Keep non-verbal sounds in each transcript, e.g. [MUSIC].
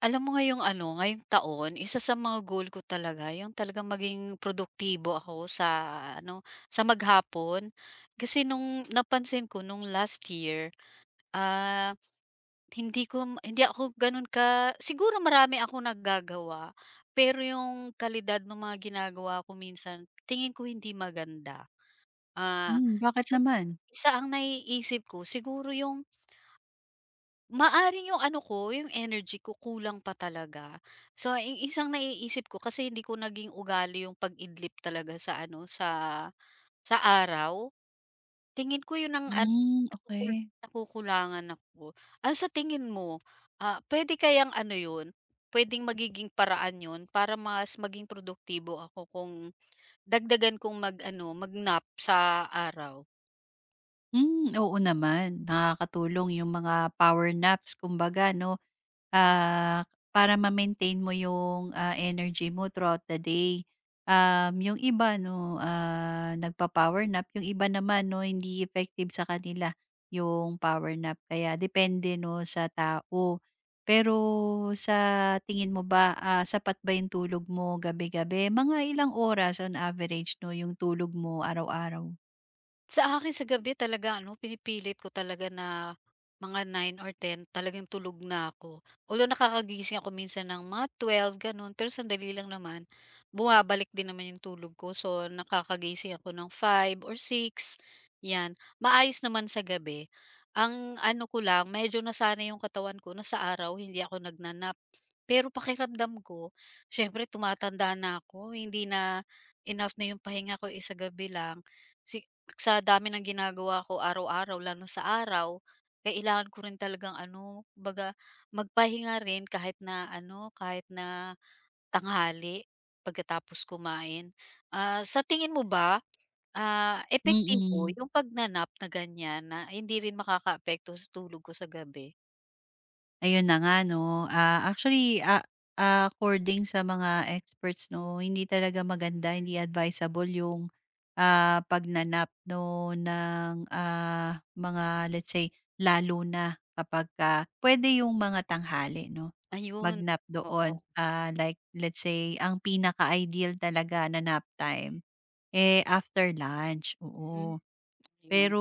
Alam mo ngayong ano, ngayong taon, isa sa mga goal ko talaga yung talagang maging produktibo ako sa ano, sa maghapon. Kasi nung napansin ko nung last year, ah, hindi ko ma hindi ako gano'n ka siguro marami akong nagagawa, pero yung kalidad ng mga ginagawa ko minsan tingin ko hindi maganda. Ah, Hmm, bakit isa naman? isa ang naiisip ko siguro yung maaaring yung ano ko, yung energy ko kulang pa talaga. So ang isang naiisip ko kasi hindi ko naging ugali yung pag-idlip talaga sa ano, sa araw. Tingin ko yun ang ano, Hmm, nakukul okay. nakukulangan ako. Ano sa tingin mo, puwede kayang ano yun, puwedeng magiging paraan yun para mas maging produktibo ako kung dagdagan kong mag-ano, mag-nap sa araw? Hmm, oo naman. Nakakatulong yung mga power naps kumbaga 'no, ah, para ma-maintain mo yung, energy mo throughout the day. Yung iba 'no, nagpa-power nap, yung iba naman 'no, hindi effective sa kanila yung power nap kaya depende 'no, sa tao. Pero sa tingin mo ba, sapat ba yung tulog mo gabi-gabi? Mga ilang oras on average 'no, yung tulog mo araw-araw? Sa akin sa gabi talaga ano, pinipilit ko talaga na mga 9 or 10 talagang tulog na ako. Although nakakagising ako minsan ng mga 12 gano'n, pero sandali lang naman bumabalik din naman yung tulog ko. So, nakakagising ako ng 5 or 6 'yan. Maayos naman sa gabi. Ang ano ko lang medyo nasanay yung katawan ko na sa araw hindi ako nagnanap. Pero pakiramdam ko siyempre tumatanda na ako, hindi na enough na yung pahinga ko, eh, gabi lang. Si sa dami ng ginagawa ko araw-araw lalo sa araw, kailangan ko rin talagang ano, baga magpahinga rin kahit na ano, kahit na tanghali pagkatapos kumain. Sa tingin mo ba, epektibo Mm. yung pagnanap na ganyan na hindi rin makakaapekto sa tulog ko sa gabi? Ayun na nga 'no. Actually, according sa mga experts 'no, hindi talaga maganda, hindi advisable yung, pagnanap 'no ng, mga let's say lalo na kapagka puwede yung mga tanghali 'no, Ayun, magnap doon. oo. Like let's say ang pinaka-ideal talaga na nap time, eh, after lunch, Hmm, oo. ayun, Pero,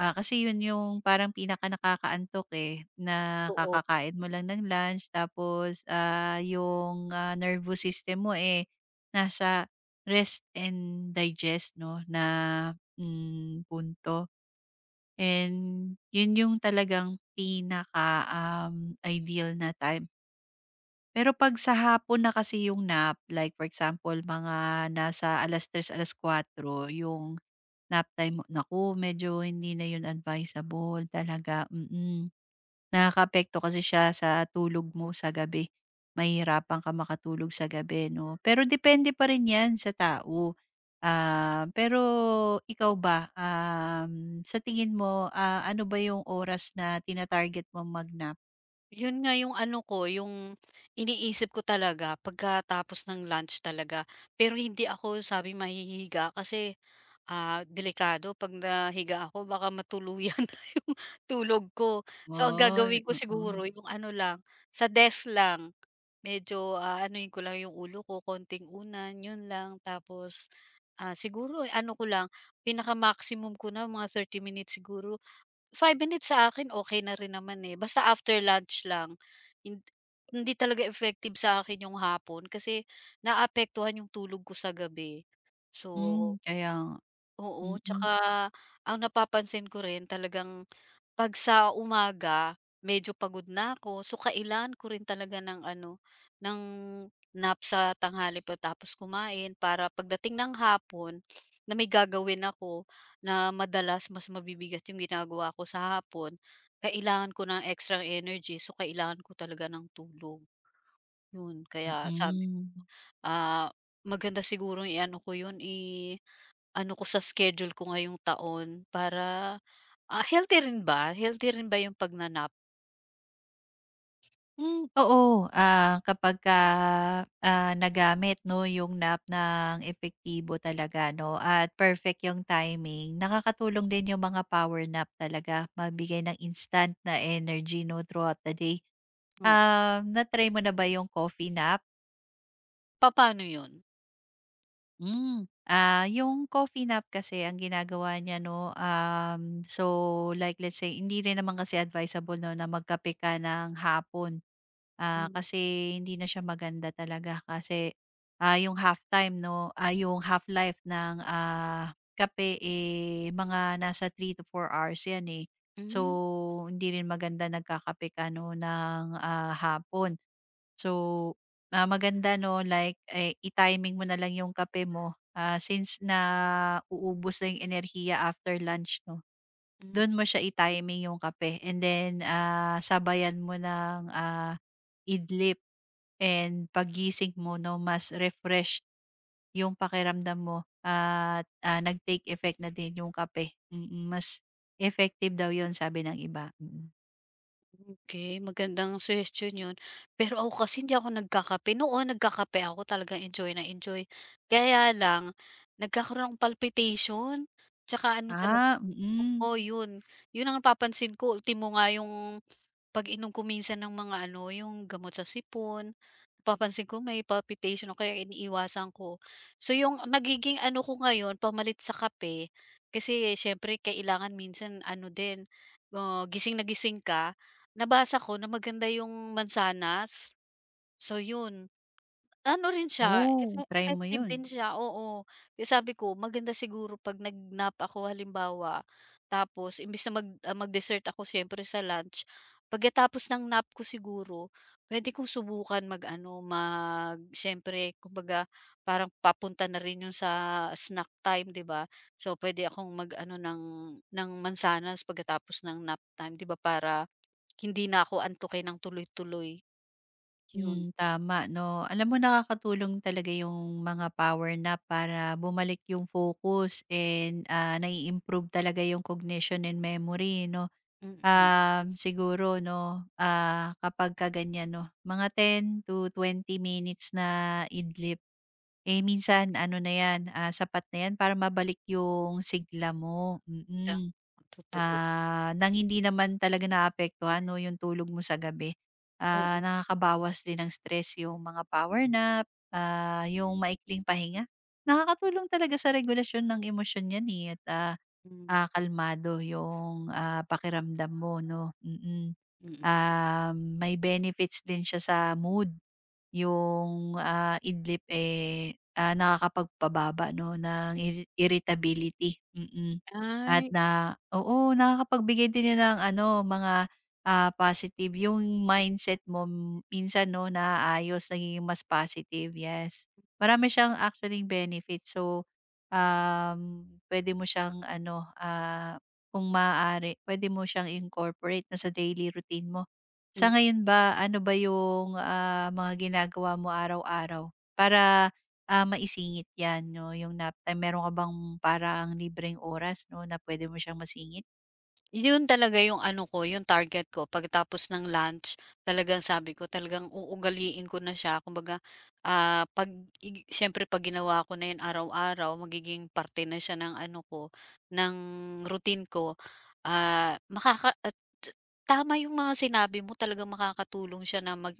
kasi yun yung parang pinaka nakakaantok, eh, na totoo. kakakain mo lang ng lunch tapos, yung, nervous system mo, eh, nasa rest and digest 'no na, punto. And yun yung talagang pinaka, ideal na time. Pero 'pag sa hapon na kasi yung nap, like for example mga nasa alas 4:00 yung nap time mo naku, medyo hindi na 'yun advisable talaga. Nakakaapekto kasi siya sa tulog mo sa gabi. Mahihirapan ka makatulog sa gabi 'no, pero depende pa rin 'yan sa tao. Pero ikaw ba, sa tingin mo, ano ba 'yung oras na tina-target mong mag-nap? Yun nga yung ano ko, yung iniisip ko talaga pagkatapos ng lunch talaga. Pero hindi ako sabi mahihiga kasi, delikado 'pag nahiga ako baka matuluyan [LAUGHS] na yung tulog ko. So, ang Ay, gagawin ko oo. siguro yung ano lang, sa desk lang. Medyo aanuhin ko lang yung ulo ko, konting unan, yun lang. Tapos, siguro ano ko lang, pinaka-maximum ko na mga 30 minutes siguro 5 minutes sa akin okey na rin naman, eh, basta after lunch lang. Hin hindi talaga effective sa akin yung hapon kasi naapektuhan yung tulog ko sa gabi. So Hmm, kaya nga. Oo, Mm, tsaka ang napapansin ko rin talagang 'pag sa umaga medyo pagod na ako, so kailangan ko rin talaga ng ano, ng nap sa tanghali pagkatapos kumain para pagdating ng hapon na may gagawin ako na madalas mas mabibigat yung ginagawa ko sa hapon, kailangan ko ng extra energy, so kailangan ko talaga ng tulog. Yun, kaya sabi mm. ah, maganda sigurong i-ano ko yun, ano ko sa schedule ko ngayong taon para, healthy rin ba? Healthy rin ba yung pagnanap Hmm, oo, kapagka, nagamit 'no, yung nap ng epektibo talaga 'no, at perfect yung timing. Nakakatulong din yung mga power nap talaga, magbigay ng instant na energy 'no, throughout the day. mo? Na-try mo na ba yung coffee nap? Papaano yun? Yung coffee nap kasi ang ginagawa niya 'no, so like let's say hindi rin naman kasi advisable 'no na magkape ka ng hapon. Hmm. Kasi hindi na siya maganda talaga kasi, yung half time 'no, yung half life ng, kape, eh, mga nasa three to four hours 'yan, eh. Hmm, So, hindi rin maganda nagkakape ka 'no ng, hapon. So, maganda 'no, like, eh, i-timing mo na lang yung kape mo, since nauubos na yung enerhiya after lunch 'no, hmm, dun mo siya i-timing yung kape and then, sabayan mo ng, idlip and pagising mo 'no, mas refreshed yung pakiramdam mo at, nag-take effect na din yung kape. Mas effective daw yun sabi ng iba. okey, magandang suggestion yun. Pero ako kasi hindi ako nagkakape. Noon nagkakape ako talaga enjoy na enjoy. Kaya lang nagkakaroon ng palpitation, 'tsaka ano talaga Ah, mm. oo yun. Yun ang napapansin ko ultimo nga yung pag-inom ko minsan ng mga ano, yung gamot sa sipon, napapansin ko may palpitation ako kaya iniiwasan ko. So yung nagiging ano ko ngayon pamalit sa kape, kasi siyempre kailangan minsan ano din, gising na gising ka. Nabasa ko na maganda yung mansanas, so yun. Ano rin siya, Oh, try mo effective yun. din siya, oo. Kaya sabi ko maganda siguro 'pag nag-nap ako halimbawa, tapos imbes na mag-dessert ako siyempre sa lunch, pagkatapos ng nap ko siguro, puwede kong subukan mag-ano, siyempre kumbaga parang papunta na rin 'yun sa snack time, 'di ba? So, puwede akong mag-ano ng mansanas pagkatapos ng nap time, 'di ba, para hindi na ako antukin ng tuloy-tuloy, 'yun. Hmm, tama 'no. Alam mo nakakatulong talaga yung mga power nap para bumalik yung focus and, nai-improve talaga yung cognition and memory 'no. Mm, Siguro 'no, kapag kaganyan 'no, mga 10 to 20 minutes na idlip. Eh, minsan ano na 'yan, sapat na 'yan para mabalik yung sigla mo. tama, totoo. Nang hindi naman talaga naapektuhan 'no, yung tulog mo sa gabi. Oo, Nakakabawas din ng stress yung mga power nap, yung maikling pahinga. Nakakatulong talaga sa regulasyon ng emosyon 'yan, eh, at, hmm, kalmado yung, pakiramdam mo 'no. mm. May benefits din siya sa mood. Yung, idlip, eh, nakakapagpababa 'no ng irritability. At Ay. na oo, nakakapagbigay din yun ng ano, mga, positive yung mindset mo minsan 'no naayos, nagiging mas positive, yes. Marami siyang actually benefits. So, um, pwede mo siyang ano, kung maaari pwede mo siyang incorporate na sa daily routine mo. Sa ngayon ba, ano ba yung, mga ginagawa mo araw-araw para, maisingit 'yan 'no, yung nap time? Meron ka bang parang libreng oras 'no, na pwede mo siyang masingit, Yun talaga yung ano ko, yung target ko pagkatapos ng lunch. Talagang sabi ko, talagang uugaliin ko na siya. Kumbaga, 'pag i siyempre 'pag ginawa ko na yun araw-araw, magiging parte na siya ng ano ko, ng routine ko. Ah, makaka at tama yung mga sinabi mo, talagang makakatulong siya na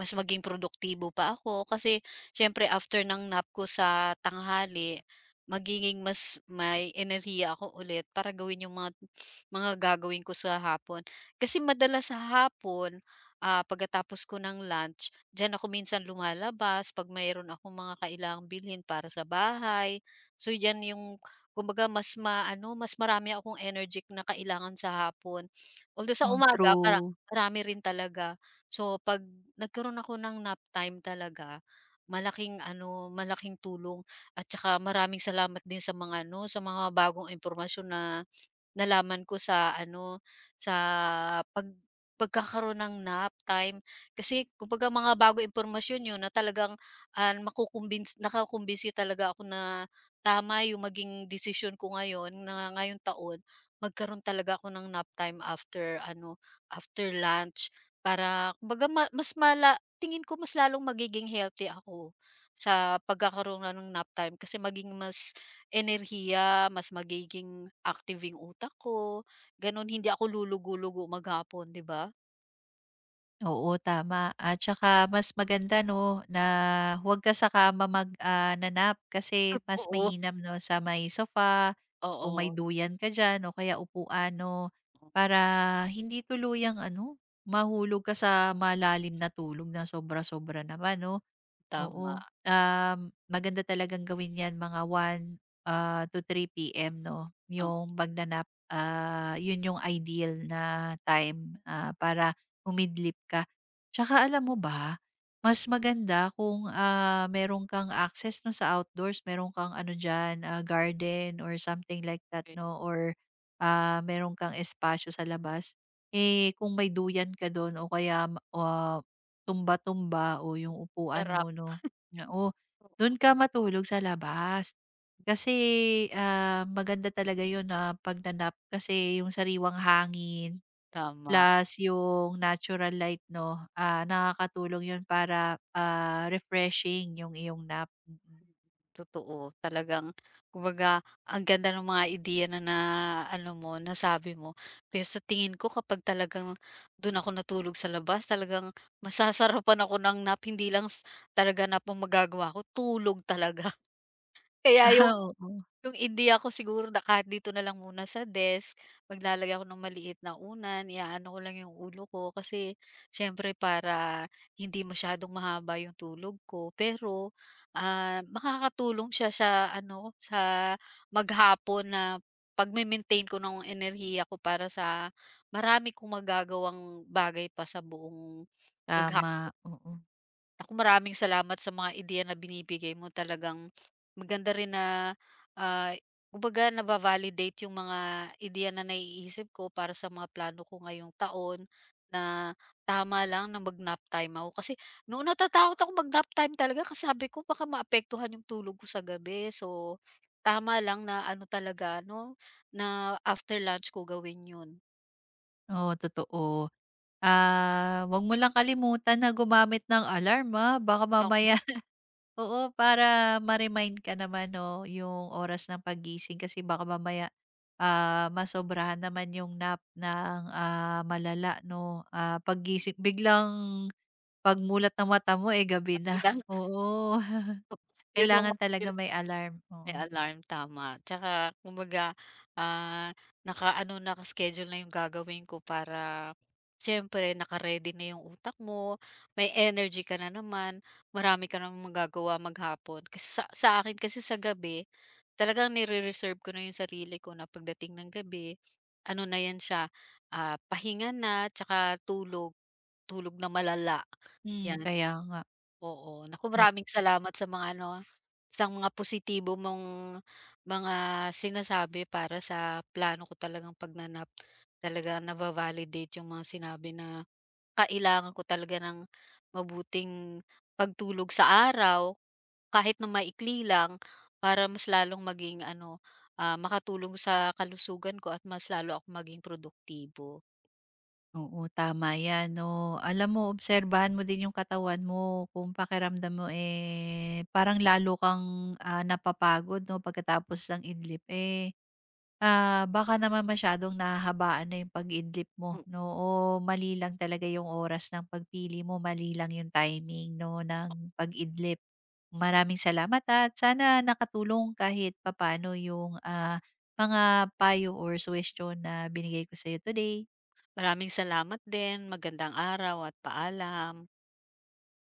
mas maging produktibo pa ako. Kasi siyempre after ng nap ko sa tanghali, magiging mas may enerhiya ako ulit para gawin yung mga gagawin ko sa hapon. Kasi madalas sa hapon, pagkatapos ko ng lunch, diyan ako minsan lumalabas pag mayroon akong mga kailangang bilhin para sa bahay. So diyan yung kumbaga mas maano, mas marami akong energetic na kailangan sa hapon. Although sa umaga para through. marami rin talaga. So pag nagkaroon ako ng nap time talaga, malaking ano, malaking tulong at saka maraming salamat din sa mga ano, sa mga bagong impormasyon na nalaman ko sa ano, sa pag pagkakaroon ng nap time. Kasi kumbaga mga bagong impormasyon 'yun na talagang, nakukumbinsi talaga ako na tama 'yung maging desisyon ko ngayon na ngayong taon magkaroon talaga ako ng nap time after ano, after lunch. Para kumbaga ma mas mala tingin ko mas lalong magiging healthy ako sa pagkakaroon na ng nap time kasi maging mas enerhiya, mas magiging active yung utak ko, gano'n. Hindi ako lulugo-lugo maghapon, 'di ba? Oo, tama at saka mas maganda 'no, na huwag ka sa kama mag nanap kasi mas Oo, mainam 'no, sa may sofa, kung may oo, duyan ka diyan o kaya upuan 'no, oo, para hindi tuluyang ano, mahulog ka sa malalim na tulog na sobra-sobra naman 'no. Oo, tama. Maganda talagang gawin 'yan mga one, to 3 PM 'no, yung magnanap, yun yung ideal na time, para umidlip ka. Tsaka alam mo ba, mas maganda kung, meron kang access 'no sa outdoors, meron kang ano diyan, garden or something like that Okey, 'no or, meron kang espasyo sa labas. Eh, kung may duyan ka dun o kaya tumba-tumba o yung upuan sarap, mo 'no, na o dun oo. ka matulog sa labas. Kasi, maganda talaga yun na kasi yung sariwang hangin, Tama, plus yung natural light 'no, nakakatulong yun para, refreshing yung iyong nap. totoo. Talagang kumbaga ang ganda ng mga ideya na na ano mo, nasabi mo. Pero sa tingin ko kapag talagang dun ako natulog sa labas talagang masasarapan ako ng nap, hindi lang talaga nap ang magagawa ko, tulog talaga. [LAUGHS] Kaya yung [LAUGHS] Ah, oo, Kung hindi ako siguro na kahit dito na lang muna sa desk, maglalagay ako ng maliit na unan, iaano ko lang yung ulo ko kasi siyempre para hindi masyadong mahaba yung tulog ko. Pero, makakatulong siya sa ano, sa maghapon na pagme-maintain ko ng enerhiya ko para sa marami kong magagawang bagay pa sa buong magha tama, oo. Naku, maraming salamat sa mga ideya na binibigay mo. Talagang maganda rin na, ah, kumbaga naba-validate yung mga ideya na naiisip ko para sa mga plano ko ngayong taon na tama lang na mag-nap time ako. Kasi noon natatakot ako mag-nap time talaga kasi sabi ko baka maapektuhan yung tulog ko sa gabi. So, tama lang na ano talaga 'no, na after lunch ko gawin yun. Oo, totoo. 'Wag mo lang kalimutan na gumamit ng alarm, baka Yun mamaya. Oo, para ma-remind ka naman 'no, yung oras ng pagising kasi baka mamaya, masobrahan naman yung nap ng, malala 'no. Paggising biglang pagmulat ng mata mo, eh, gabi na. ang Oo, [LAUGHS] [LAUGHS] yun ang kailangan talaga may alarm, May oo. alarm, tama. Tsaka kumbaga, ah, naka-schedule na yung gagawin ko para siyempre naka-ready na yung utak mo, may energy ka na naman, marami ka namang magagawa maghapon. Kasi sa akin kasi sa gabi, talagang nire-reserve ko na yung sarili ko na pagdating ng gabi, ano na yan siya, pahinga na, tsaka tulog, tulog na malala. Hmm, Yan, kaya nga. oo, naku O maraming salamat sa mga ano, sa mga positibo mong mga sinasabi para sa plano ko talagang pagnanap talaga nava-validate yung mga sinabi na kailangan ko talaga ng mabuting pagtulog sa araw, kahit na maikli lang para mas lalong maging ano, makatulong sa kalusugan ko at mas lalo akong maging produktibo. oo, tama 'yan 'no. Alam mo obserbahan mo din yung katawan mo kung pakiramdam mo, eh, parang lalo kang, napapagod 'no pagkatapos ng idlip, eh. Baka naman masyadong nahahabaan na yung pag-idlip mo M 'no, o mali lang talaga yung oras ng pagpili mo, mali lang yung timing 'no ng pag-idlip. Maraming salamat at sana nakatulong kahit papaano yung, mga payo or suhestiyon na binigay ko sa sa'yo today. Maraming salamat din, magandang araw at paalam.